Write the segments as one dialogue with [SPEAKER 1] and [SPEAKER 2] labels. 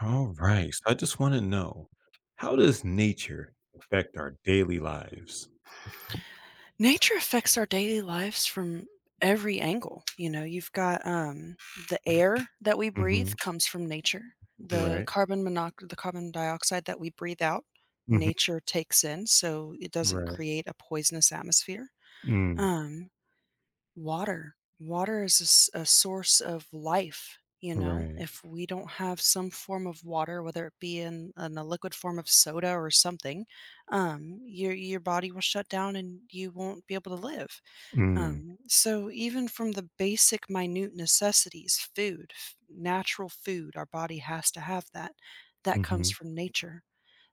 [SPEAKER 1] All right. So I just want to know how does nature affect our daily lives?
[SPEAKER 2] Nature affects our daily lives from every angle. You know, you've got the air that we breathe
[SPEAKER 1] Mm-hmm.
[SPEAKER 2] comes from nature.
[SPEAKER 1] Right.
[SPEAKER 2] The carbon dioxide that we breathe out,
[SPEAKER 1] Mm-hmm.
[SPEAKER 2] nature takes in, so it doesn't
[SPEAKER 1] Right.
[SPEAKER 2] create a poisonous atmosphere.
[SPEAKER 1] Mm.
[SPEAKER 2] Um, water is a, a source of life. You know,
[SPEAKER 1] Right.
[SPEAKER 2] if we don't have some form of water, whether it be in a liquid form of soda or something, your body will shut down and you won't be able to live.
[SPEAKER 1] Mm.
[SPEAKER 2] So even from the basic minute necessities, food, natural food, our body has to have that. That comes
[SPEAKER 1] Mm-hmm.
[SPEAKER 2] from nature.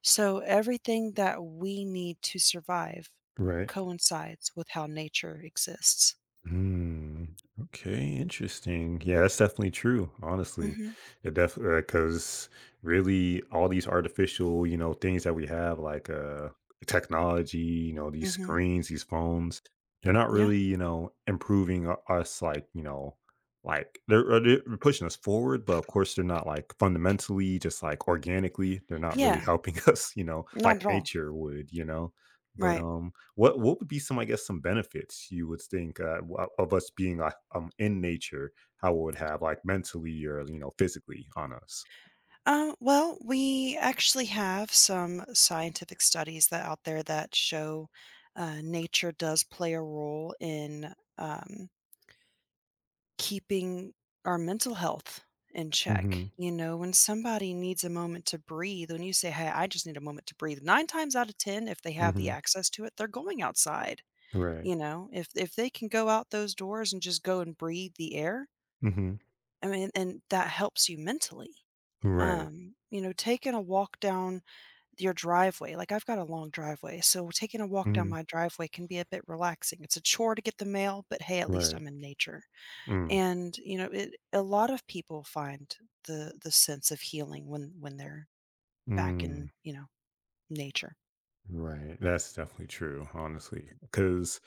[SPEAKER 2] So everything that we need to survive
[SPEAKER 1] Right.
[SPEAKER 2] coincides with how nature exists.
[SPEAKER 1] Mm, okay, interesting. Yeah, that's definitely true.
[SPEAKER 2] Mm
[SPEAKER 1] Honestly,
[SPEAKER 2] hmm.
[SPEAKER 1] it def because really all these artificial, you know, things that we have like technology, you know,
[SPEAKER 2] Mm
[SPEAKER 1] these
[SPEAKER 2] hmm.
[SPEAKER 1] screens, these phones, they're not
[SPEAKER 2] Yeah.
[SPEAKER 1] really, you know, improving us like, you know, they're pushing us forward, but of course they're not like fundamentally, just like organically, they're not really
[SPEAKER 2] Yeah.
[SPEAKER 1] helping us, you know,
[SPEAKER 2] Not
[SPEAKER 1] like
[SPEAKER 2] at all.
[SPEAKER 1] nature would, you know. But
[SPEAKER 2] Right.
[SPEAKER 1] um what would be some, I guess, some benefits you would think of us being like in nature? How it would have like mentally or, you know, physically on us?
[SPEAKER 2] Well, we actually have some scientific studies that out there that show nature does play a role in. Keeping our mental health in check.
[SPEAKER 1] Mm-hmm.
[SPEAKER 2] You know, when somebody needs a moment to breathe, when you say, "Hey, I just need a moment to breathe," nine times out of 10, if they have the
[SPEAKER 1] Mm-hmm.
[SPEAKER 2] access to it, they're going outside.
[SPEAKER 1] Right.
[SPEAKER 2] You know, if they can go out those doors and just go and breathe the air,
[SPEAKER 1] Mm-hmm.
[SPEAKER 2] I mean, and that helps you mentally.
[SPEAKER 1] Right.
[SPEAKER 2] You know, taking a walk down your driveway, like I've got a long driveway, so taking a walk down
[SPEAKER 1] Mm-hmm.
[SPEAKER 2] my driveway can be a bit relaxing. It's a chore to get the mail, but hey, at least
[SPEAKER 1] Right.
[SPEAKER 2] I'm in nature.
[SPEAKER 1] Mm.
[SPEAKER 2] And, you know, it a lot of people find the sense of healing when they're back
[SPEAKER 1] Mm.
[SPEAKER 2] in, you know, nature.
[SPEAKER 1] Right. That's definitely true, honestly. Because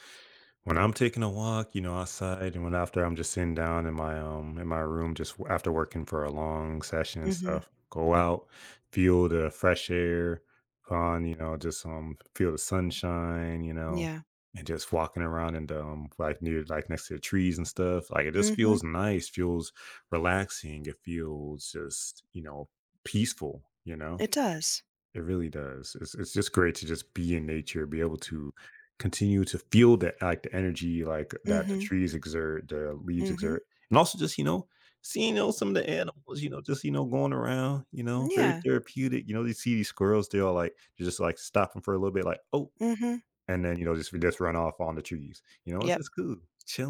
[SPEAKER 1] when I'm taking a walk, you know, outside, and when after I'm just sitting down in my room, just after working for a long session and
[SPEAKER 2] Mhm.
[SPEAKER 1] stuff, go out, feel the fresh air, on, you know, just feel the sunshine, you know,
[SPEAKER 2] Yeah.
[SPEAKER 1] and just walking around and like near, like next to the trees and stuff. Like it just
[SPEAKER 2] Mhm.
[SPEAKER 1] feels nice, feels relaxing. It feels just, you know, peaceful, you know.
[SPEAKER 2] It does.
[SPEAKER 1] It really does. It's just great to just be in nature, be able to continue to feel that, like the energy, like that the
[SPEAKER 2] Mhm.
[SPEAKER 1] trees exert, the leaves
[SPEAKER 2] Mhm.
[SPEAKER 1] exert, and also just, you know, seeing, you know, some of the animals, you know, just, you know, going around, you know, very
[SPEAKER 2] Yeah.
[SPEAKER 1] therapeutic. You know, you see these squirrels, they're all like, they're just like stopping for a little bit, like, oh,
[SPEAKER 2] Mhm.
[SPEAKER 1] and then, you know, just run off on the trees. You know, it's
[SPEAKER 2] Yep.
[SPEAKER 1] it's cool,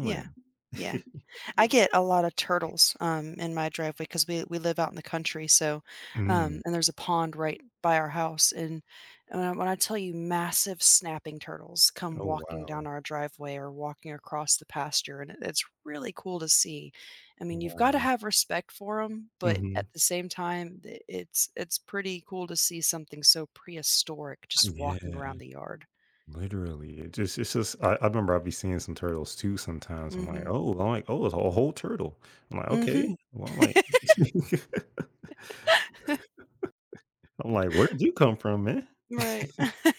[SPEAKER 2] Yeah. Yeah. I get a lot of turtles, in my driveway because we live out in the country, so,
[SPEAKER 1] Mm.
[SPEAKER 2] um, and there's a pond right by our house, and when I tell you massive snapping turtles come
[SPEAKER 1] Oh
[SPEAKER 2] walking down
[SPEAKER 1] wow,
[SPEAKER 2] our driveway or walking across the pasture, and it's really cool to see. I mean, you've gotta
[SPEAKER 1] wow.
[SPEAKER 2] have respect for them, but at
[SPEAKER 1] Hmm.
[SPEAKER 2] the same time, I it's pretty cool to see something so prehistoric just walking
[SPEAKER 1] Yeah.
[SPEAKER 2] around the yard.
[SPEAKER 1] Literally, it's just I remember I'd be seeing some turtles too
[SPEAKER 2] Mm
[SPEAKER 1] sometimes.
[SPEAKER 2] mhm.
[SPEAKER 1] I'm like, oh, it's a whole turtle. I'm like,
[SPEAKER 2] Mm mhm.
[SPEAKER 1] okay. Well, I'm like, I'm like, where did you come from, man?
[SPEAKER 2] Right.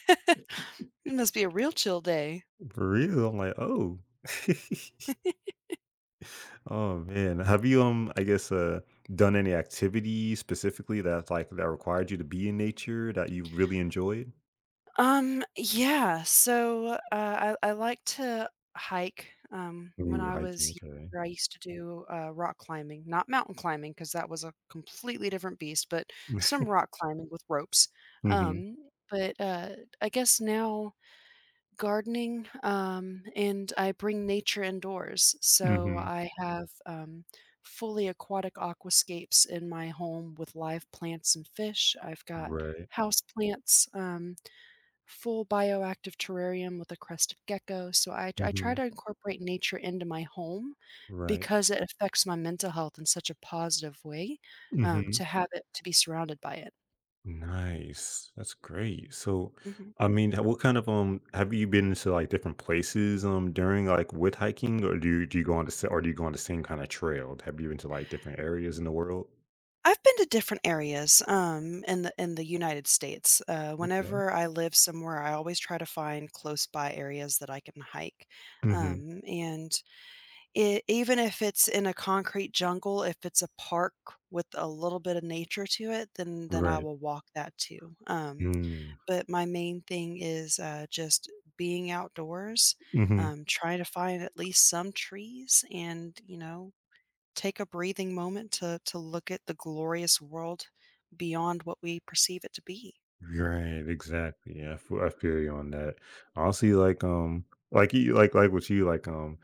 [SPEAKER 2] It must be a real chill day.
[SPEAKER 1] For real. I'm like, oh. Oh man. Have you I guess done any activity specifically that that required you to be in nature that you really enjoyed?
[SPEAKER 2] Yeah. So I like to hike. When
[SPEAKER 1] Ooh,
[SPEAKER 2] I was
[SPEAKER 1] hiking, okay.
[SPEAKER 2] younger, I used to do rock climbing, not mountain climbing, because that was a completely different beast, but some rock climbing with ropes.
[SPEAKER 1] Mm-hmm.
[SPEAKER 2] Um, but I guess now gardening, and I bring nature indoors. So
[SPEAKER 1] Mm-hmm.
[SPEAKER 2] I have fully aquatic aquascapes in my home with live plants and fish. I've got
[SPEAKER 1] Right.
[SPEAKER 2] house plants. Full bioactive terrarium with a crested gecko, so I try
[SPEAKER 1] Mm-hmm.
[SPEAKER 2] to incorporate nature into my home
[SPEAKER 1] Right.
[SPEAKER 2] because it affects my mental health in such a positive way,
[SPEAKER 1] Mm-hmm.
[SPEAKER 2] to have it to be surrounded by it.
[SPEAKER 1] Nice. That's great. So,
[SPEAKER 2] Mhm.
[SPEAKER 1] I mean, what kind of have you been to like different places during, like, with hiking, or do you go on the sa- or do you go on the same kind of trail? Have you been to like different areas in the world?
[SPEAKER 2] I've been to different areas, in the United States.
[SPEAKER 1] Okay.
[SPEAKER 2] Whenever I live somewhere, I always try to find close by areas that I can hike,
[SPEAKER 1] Hmm.
[SPEAKER 2] and E even if it's in a concrete jungle, if it's a park with a little bit of nature to it, then I
[SPEAKER 1] Right.
[SPEAKER 2] will walk that too,
[SPEAKER 1] Mm.
[SPEAKER 2] but my main thing is, just being outdoors,
[SPEAKER 1] Mm-hmm.
[SPEAKER 2] try to find at least some trees and, you know, take a breathing moment to look at the glorious world beyond what we perceive it to be.
[SPEAKER 1] Right, exactly. Yeah, I feel you on that. Honestly, like you, like with you, like, um,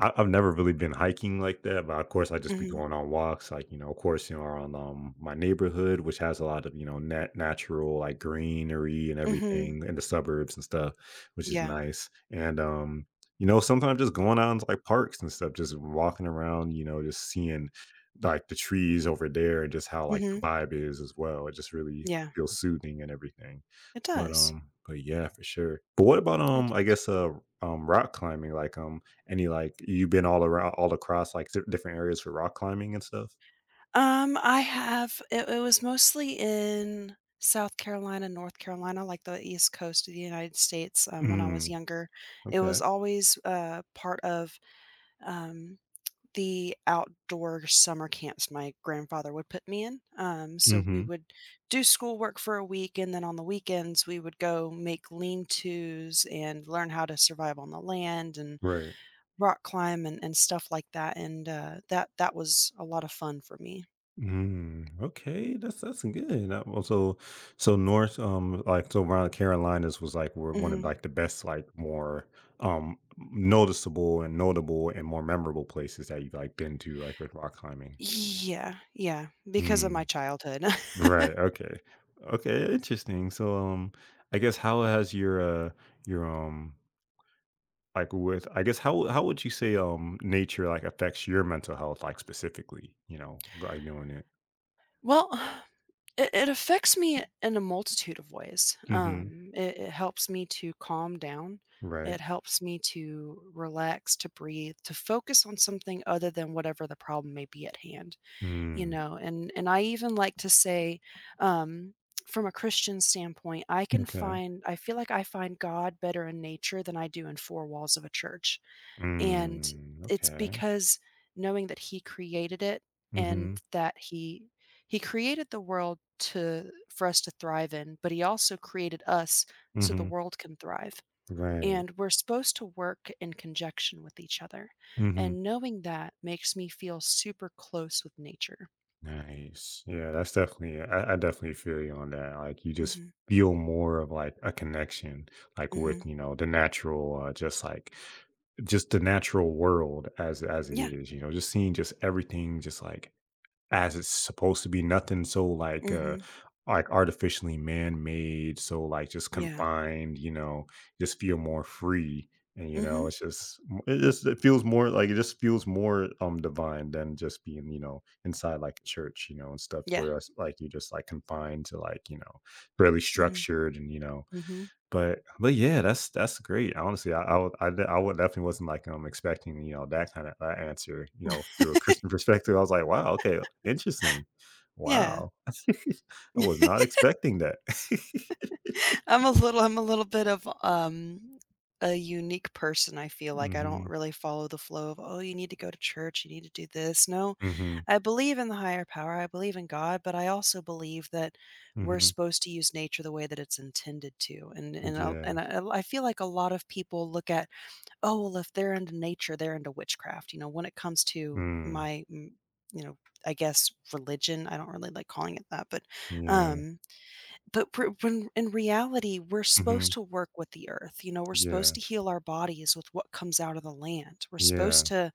[SPEAKER 1] I, I've never really been hiking like that, but of course I just be
[SPEAKER 2] Mhm,
[SPEAKER 1] going on walks, like, you know, of course, you know, around my neighborhood, which has a lot of, you know, natural like greenery and
[SPEAKER 2] mhm,
[SPEAKER 1] everything in the suburbs and stuff, which is
[SPEAKER 2] yeah,
[SPEAKER 1] nice. And you know, sometimes just going out into like parks and stuff, just walking around, you know, just seeing like the trees over there and just how like the
[SPEAKER 2] mhm,
[SPEAKER 1] vibe is as well. It just really
[SPEAKER 2] yeah,
[SPEAKER 1] feel soothing and everything.
[SPEAKER 2] it does,
[SPEAKER 1] But yeah, for sure. But what about,
[SPEAKER 2] it
[SPEAKER 1] I
[SPEAKER 2] does.
[SPEAKER 1] guess, rock climbing? Like, any, like, you've been all around, all across like different areas for rock climbing and stuff?
[SPEAKER 2] I have it was mostly in South Carolina, North Carolina, like the East Coast of the United States, when I was
[SPEAKER 1] Mm,
[SPEAKER 2] younger. It was
[SPEAKER 1] okay.
[SPEAKER 2] always, part of, um, the outdoor summer camps my grandfather would put me in, so we
[SPEAKER 1] Hmm.
[SPEAKER 2] would do schoolwork for a week, and then on the weekends, we would go make lean-tos and learn how to survive on the land and
[SPEAKER 1] Right.
[SPEAKER 2] rock climb and stuff like that, and, that was a lot of fun for me.
[SPEAKER 1] Mm, okay, that's good. So, so North, like, so around Carolinas was like were one of
[SPEAKER 2] Mhm.
[SPEAKER 1] like the best, like more noticeable and notable and more memorable places that you've like been to, like with rock climbing.
[SPEAKER 2] Yeah, yeah, because of my
[SPEAKER 1] Mm.
[SPEAKER 2] childhood.
[SPEAKER 1] Right. Okay. Okay. Interesting. So, I guess how has uh your like, with, I guess, how would you say nature like affects your mental health like specifically? You know, like doing it.
[SPEAKER 2] Well, it affects me in a multitude of ways.
[SPEAKER 1] Mm-hmm.
[SPEAKER 2] It helps me to calm down. It
[SPEAKER 1] Right.
[SPEAKER 2] helps me to relax, to breathe, to focus on something other than whatever the problem may be at hand, you
[SPEAKER 1] Mm.
[SPEAKER 2] know? And I even like to say, um, from a Christian standpoint,
[SPEAKER 1] Okay.
[SPEAKER 2] I feel like I find God better in nature than I do in four walls of a church. And
[SPEAKER 1] Mm.
[SPEAKER 2] it's
[SPEAKER 1] Okay.
[SPEAKER 2] because knowing that he created it and
[SPEAKER 1] Mm-hmm.
[SPEAKER 2] that he created the world to for us to thrive in, but he also created us so the
[SPEAKER 1] Mm-hmm.
[SPEAKER 2] world can thrive.
[SPEAKER 1] Right.
[SPEAKER 2] And we're supposed to work in conjunction with each other.
[SPEAKER 1] Mm-hmm.
[SPEAKER 2] And knowing that makes me feel super close with nature.
[SPEAKER 1] Nice. Yeah, that's definitely. I definitely feel you on that. Like you just
[SPEAKER 2] Mhm.
[SPEAKER 1] feel more of like a connection, like with,
[SPEAKER 2] Mhm.
[SPEAKER 1] you know, the natural, just like just the natural world as it
[SPEAKER 2] Yeah.
[SPEAKER 1] is, you know, just seeing just everything just like as it's supposed to be, nothing so
[SPEAKER 2] Mhm.
[SPEAKER 1] like artificially man-made, so like just
[SPEAKER 2] Yeah.
[SPEAKER 1] confined, you know, just feel more free. And you know,
[SPEAKER 2] Mhm.
[SPEAKER 1] it just it feels more like, it just feels more divine than just being, you know, inside like a church, you know, and stuff,
[SPEAKER 2] Yeah.
[SPEAKER 1] where it's like you're just like confined to, like, you know, really
[SPEAKER 2] Mhm.
[SPEAKER 1] structured and you know,
[SPEAKER 2] Mhm.
[SPEAKER 1] but yeah, that's great. Honestly, I would definitely wasn't, like, expecting, you know, that kinda, answer, you know, through a Christian perspective. I was like, "Wow, okay, interesting.
[SPEAKER 2] Yeah.
[SPEAKER 1] Wow." I was not expecting that.
[SPEAKER 2] I'm a little bit of, a unique person, I feel like. I don't
[SPEAKER 1] Mhm,
[SPEAKER 2] really follow the flow of, "Oh, you need to go to church, you need to do this." No,
[SPEAKER 1] mhm,
[SPEAKER 2] I believe in the higher power, I believe in God, but I also believe that we're
[SPEAKER 1] mhm.
[SPEAKER 2] supposed to use nature the way that it's intended to, and and i and
[SPEAKER 1] Yeah.
[SPEAKER 2] I I feel like a lot of people look at, "Oh, well, if they're into nature, they're into witchcraft," you know, when it comes to
[SPEAKER 1] Mm.
[SPEAKER 2] my, mm, you know, I guess religion, I don't really like calling it that,
[SPEAKER 1] Yeah.
[SPEAKER 2] um but when in reality, we're supposed
[SPEAKER 1] Mhm.
[SPEAKER 2] to work with the earth. You know, we're supposed
[SPEAKER 1] Yeah.
[SPEAKER 2] to heal our bodies with what comes out of the land. We're supposed
[SPEAKER 1] Yeah.
[SPEAKER 2] to,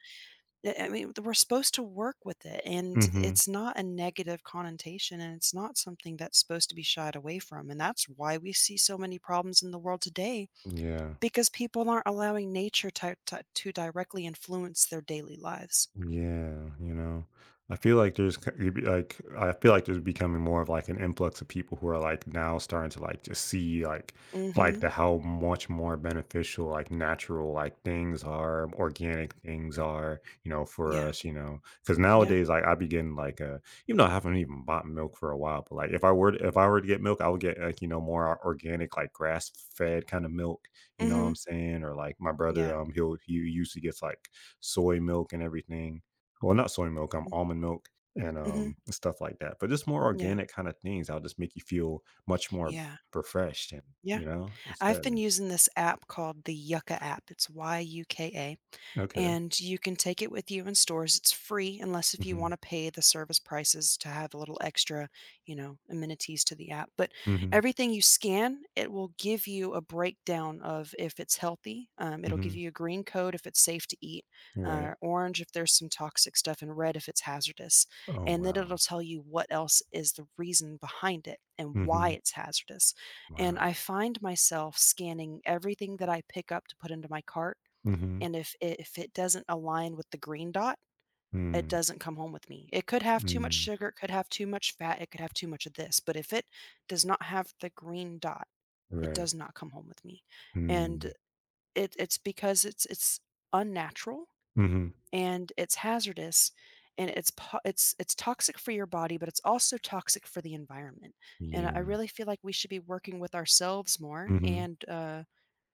[SPEAKER 2] I mean, we're supposed to work with it. And
[SPEAKER 1] Mhm.
[SPEAKER 2] it's not a negative connotation and it's not something that's supposed to be shied away from. And that's why we see so many problems in the world today
[SPEAKER 1] Yeah.
[SPEAKER 2] because people aren't allowing nature to directly influence their daily lives.
[SPEAKER 1] Yeah, you know, I feel like there's c- you'd be like I feel like there's becoming more of like an influx of people who are like now starting to like just see
[SPEAKER 2] Mm hmm.
[SPEAKER 1] like the how much more beneficial like natural like things are, organic things are, you know, for
[SPEAKER 2] Yeah.
[SPEAKER 1] us, you know, because
[SPEAKER 2] Yeah.
[SPEAKER 1] nowadays like I be getting like a, even though I haven't even bought milk for a while, but like if I were to, if I were to get milk, I would get like, you know, more organic like grass fed kind of milk, you
[SPEAKER 2] Mm
[SPEAKER 1] know what
[SPEAKER 2] hmm.
[SPEAKER 1] I'm saying? Or like my brother,
[SPEAKER 2] Yeah.
[SPEAKER 1] he'll he usually gets like soy milk and everything. Well, not soy milk, I'm almond milk and
[SPEAKER 2] Mm hmm.
[SPEAKER 1] stuff like that. But just more
[SPEAKER 2] Yeah.
[SPEAKER 1] organic kind of things. I'll just make you feel much more
[SPEAKER 2] Yeah.
[SPEAKER 1] refreshed and,
[SPEAKER 2] Yeah.
[SPEAKER 1] you know, it's
[SPEAKER 2] I've
[SPEAKER 1] better.
[SPEAKER 2] been using this app called the Yucca app. It's Y-U-K-A
[SPEAKER 1] Okay.
[SPEAKER 2] and you can take it with you in stores. It's free unless if you
[SPEAKER 1] Mm-hmm.
[SPEAKER 2] want to pay the service prices to have a little extra, you know, amenities to the app. But
[SPEAKER 1] Mm-hmm.
[SPEAKER 2] everything you scan, it will give you a breakdown of if it's healthy. It'll give
[SPEAKER 1] Mm-hmm.
[SPEAKER 2] you a green code if it's safe to eat,
[SPEAKER 1] All right.
[SPEAKER 2] orange if there's some toxic stuff, and red if it's hazardous.
[SPEAKER 1] Oh
[SPEAKER 2] And then
[SPEAKER 1] wow.
[SPEAKER 2] it'll tell you what else is the reason behind it and why
[SPEAKER 1] Mm-hmm.
[SPEAKER 2] it's hazardous. And
[SPEAKER 1] Wow.
[SPEAKER 2] I find myself scanning everything that I pick up to put into my cart
[SPEAKER 1] Mm-hmm.
[SPEAKER 2] and if it doesn't align with the green dot, it
[SPEAKER 1] Mm.
[SPEAKER 2] doesn't come home with me. It could have too much
[SPEAKER 1] Mm.
[SPEAKER 2] sugar, it could have too much fat, it could have too much of this, but if it does not have the green dot, it
[SPEAKER 1] Right.
[SPEAKER 2] does not come home with me. And
[SPEAKER 1] Mm.
[SPEAKER 2] it's because it's unnatural
[SPEAKER 1] Mm-hmm.
[SPEAKER 2] and it's hazardous and it's toxic for your body but it's also toxic for the environment and I
[SPEAKER 1] Yeah.
[SPEAKER 2] really feel like we should be working with ourselves more
[SPEAKER 1] Mm-hmm.
[SPEAKER 2] and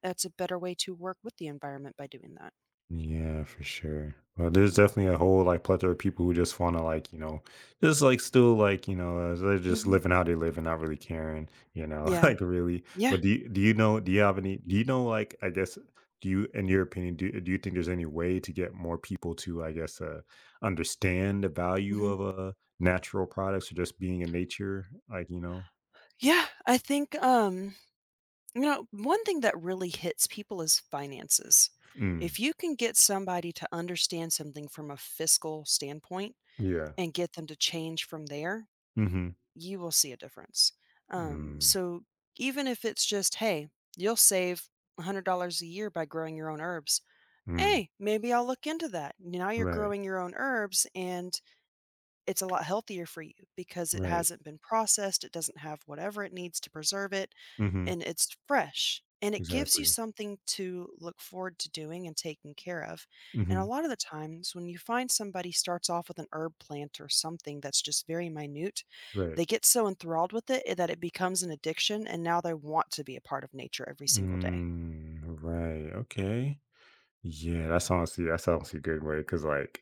[SPEAKER 2] that's a better way to work with the environment by doing that.
[SPEAKER 1] Yeah, for sure. Well, there's definitely a whole like plethora of people who just want to, like, you know, just like still like, you know, they're just
[SPEAKER 2] Hmm.
[SPEAKER 1] living how they live and not really caring, you know,
[SPEAKER 2] Yeah.
[SPEAKER 1] like really.
[SPEAKER 2] Yeah.
[SPEAKER 1] But do you know? Do you have any? Do you know? Like, I guess, do you, in your opinion, do you think there's any way to get more people to, I guess, understand the value
[SPEAKER 2] Mhm.
[SPEAKER 1] of natural products or just being in nature? Like, you know,
[SPEAKER 2] Yeah, I think, you know, one thing that really hits people is finances.
[SPEAKER 1] mm,
[SPEAKER 2] If you can get somebody to understand something from a fiscal standpoint
[SPEAKER 1] yeah,
[SPEAKER 2] and get them to change from there,
[SPEAKER 1] mm-hmm,
[SPEAKER 2] you will see a difference.
[SPEAKER 1] mm,
[SPEAKER 2] So even if it's just, hey, you'll save $100 a year by growing your own herbs.
[SPEAKER 1] mm,
[SPEAKER 2] Hey, maybe I'll look into that. Now you're
[SPEAKER 1] right,
[SPEAKER 2] growing your own herbs and it's a lot healthier for you because it
[SPEAKER 1] right,
[SPEAKER 2] hasn't been processed. It doesn't have whatever it needs to preserve it
[SPEAKER 1] mm-hmm,
[SPEAKER 2] and it's fresh and it gives you
[SPEAKER 1] exactly,
[SPEAKER 2] something to look forward to doing and taking care of. And
[SPEAKER 1] mm-hmm.
[SPEAKER 2] a lot of the times when you find somebody starts off with an herb plant or something that's just very minute,
[SPEAKER 1] Right.
[SPEAKER 2] they get so enthralled with it that it becomes an addiction and now they want to be a part of nature every single day.
[SPEAKER 1] Mm, right. Okay. Yeah, that's honestly, that's honestly a good way because like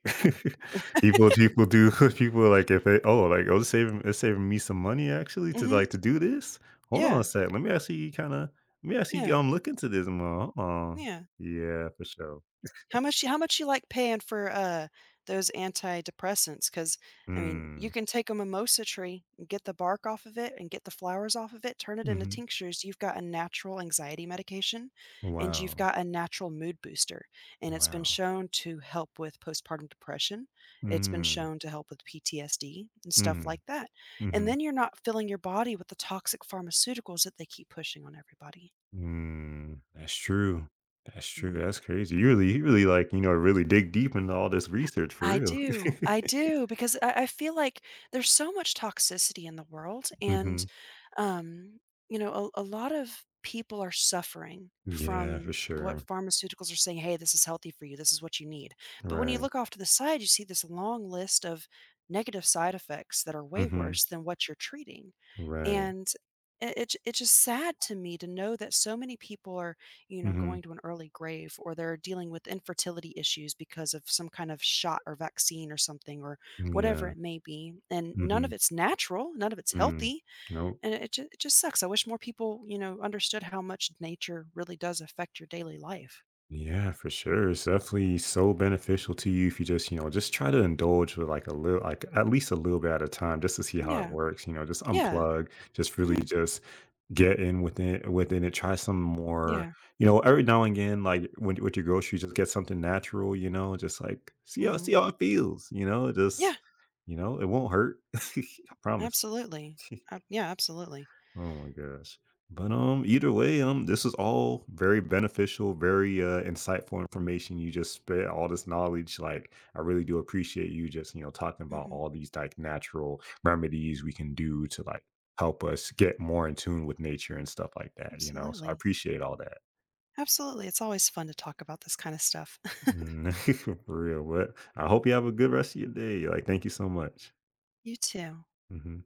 [SPEAKER 1] people do people like if they, oh like, oh, it's saving, it's saving me some money actually to like
[SPEAKER 2] Mhm.
[SPEAKER 1] to do this. Hold on a
[SPEAKER 2] Yeah.
[SPEAKER 1] sec. Let me actually
[SPEAKER 2] Yeah.
[SPEAKER 1] look into this more. Hold on.
[SPEAKER 2] Yeah.
[SPEAKER 1] Yeah, for sure.
[SPEAKER 2] How much you like paying for, those antidepressants? Because I mean, you
[SPEAKER 1] Mm.
[SPEAKER 2] can take a mimosa tree and get the bark off of it and get the flowers off of it, turn it into
[SPEAKER 1] Hmm.
[SPEAKER 2] tinctures, you've got a natural anxiety medication, and you've
[SPEAKER 1] Wow.
[SPEAKER 2] got a natural mood booster, and it's been
[SPEAKER 1] Wow.
[SPEAKER 2] shown to help with postpartum depression, it's been
[SPEAKER 1] Mm.
[SPEAKER 2] shown to help with PTSD and stuff like
[SPEAKER 1] Mm.
[SPEAKER 2] that, and
[SPEAKER 1] Hmm.
[SPEAKER 2] then you're not filling your body with the toxic pharmaceuticals that they keep pushing on everybody.
[SPEAKER 1] Mm, that's true. That's true.
[SPEAKER 2] Mm.
[SPEAKER 1] That's crazy. You really like, you know, really dig deep into all this research for real.
[SPEAKER 2] I do, because I feel like there's so much toxicity in the world, and
[SPEAKER 1] Hmm.
[SPEAKER 2] um, you know, a lot of people are suffering
[SPEAKER 1] Yeah, for
[SPEAKER 2] from what
[SPEAKER 1] sure.
[SPEAKER 2] pharmaceuticals are saying. Hey, this is healthy for you. This is what you need. But when you
[SPEAKER 1] Right.
[SPEAKER 2] look off to the side, you see this long list of negative side effects that are way
[SPEAKER 1] Hmm.
[SPEAKER 2] worse than what you're treating,
[SPEAKER 1] Right.
[SPEAKER 2] and it's just sad to me to know that so many people are, you know, going
[SPEAKER 1] Hmm.
[SPEAKER 2] to an early grave or they're dealing with infertility issues because of some kind of shot or vaccine or something or whatever
[SPEAKER 1] Yeah.
[SPEAKER 2] it may be. And none of
[SPEAKER 1] Hmm.
[SPEAKER 2] it's natural, none of it's
[SPEAKER 1] Mm.
[SPEAKER 2] healthy.
[SPEAKER 1] Nope.
[SPEAKER 2] And it just sucks. I wish more people, you know, understood how much nature really does affect your daily life.
[SPEAKER 1] Yeah, for sure. It's definitely so beneficial to you if you just, you know, just try to indulge with like a little, like at least a little bit at a time just to see how it
[SPEAKER 2] Yeah.
[SPEAKER 1] works, you know, just
[SPEAKER 2] Yeah.
[SPEAKER 1] unplug, just really
[SPEAKER 2] Hmm.
[SPEAKER 1] just get in, within it, try some more,
[SPEAKER 2] Yeah.
[SPEAKER 1] you know, every now and again, like, when, with your groceries, just get something natural, you know, just like see how,
[SPEAKER 2] Hmm.
[SPEAKER 1] see how it feels, you know, just,
[SPEAKER 2] Yeah.
[SPEAKER 1] you know, it won't hurt. I promise.
[SPEAKER 2] Absolutely. Yeah. Absolutely.
[SPEAKER 1] Oh my gosh. But either way, this is all very beneficial, very insightful information. You just spit all this knowledge. Like, I really do appreciate you just, you know, talking about
[SPEAKER 2] Hmm.
[SPEAKER 1] all these like natural remedies we can do to like help us get more in tune with nature and stuff like that. You know, so I
[SPEAKER 2] Absolutely.
[SPEAKER 1] appreciate all that.
[SPEAKER 2] Absolutely. It's always fun to talk about this kind of stuff.
[SPEAKER 1] Mm. For real, but I hope you have a good rest of your day. Like, thank you so much.
[SPEAKER 2] You too.
[SPEAKER 1] Mhm.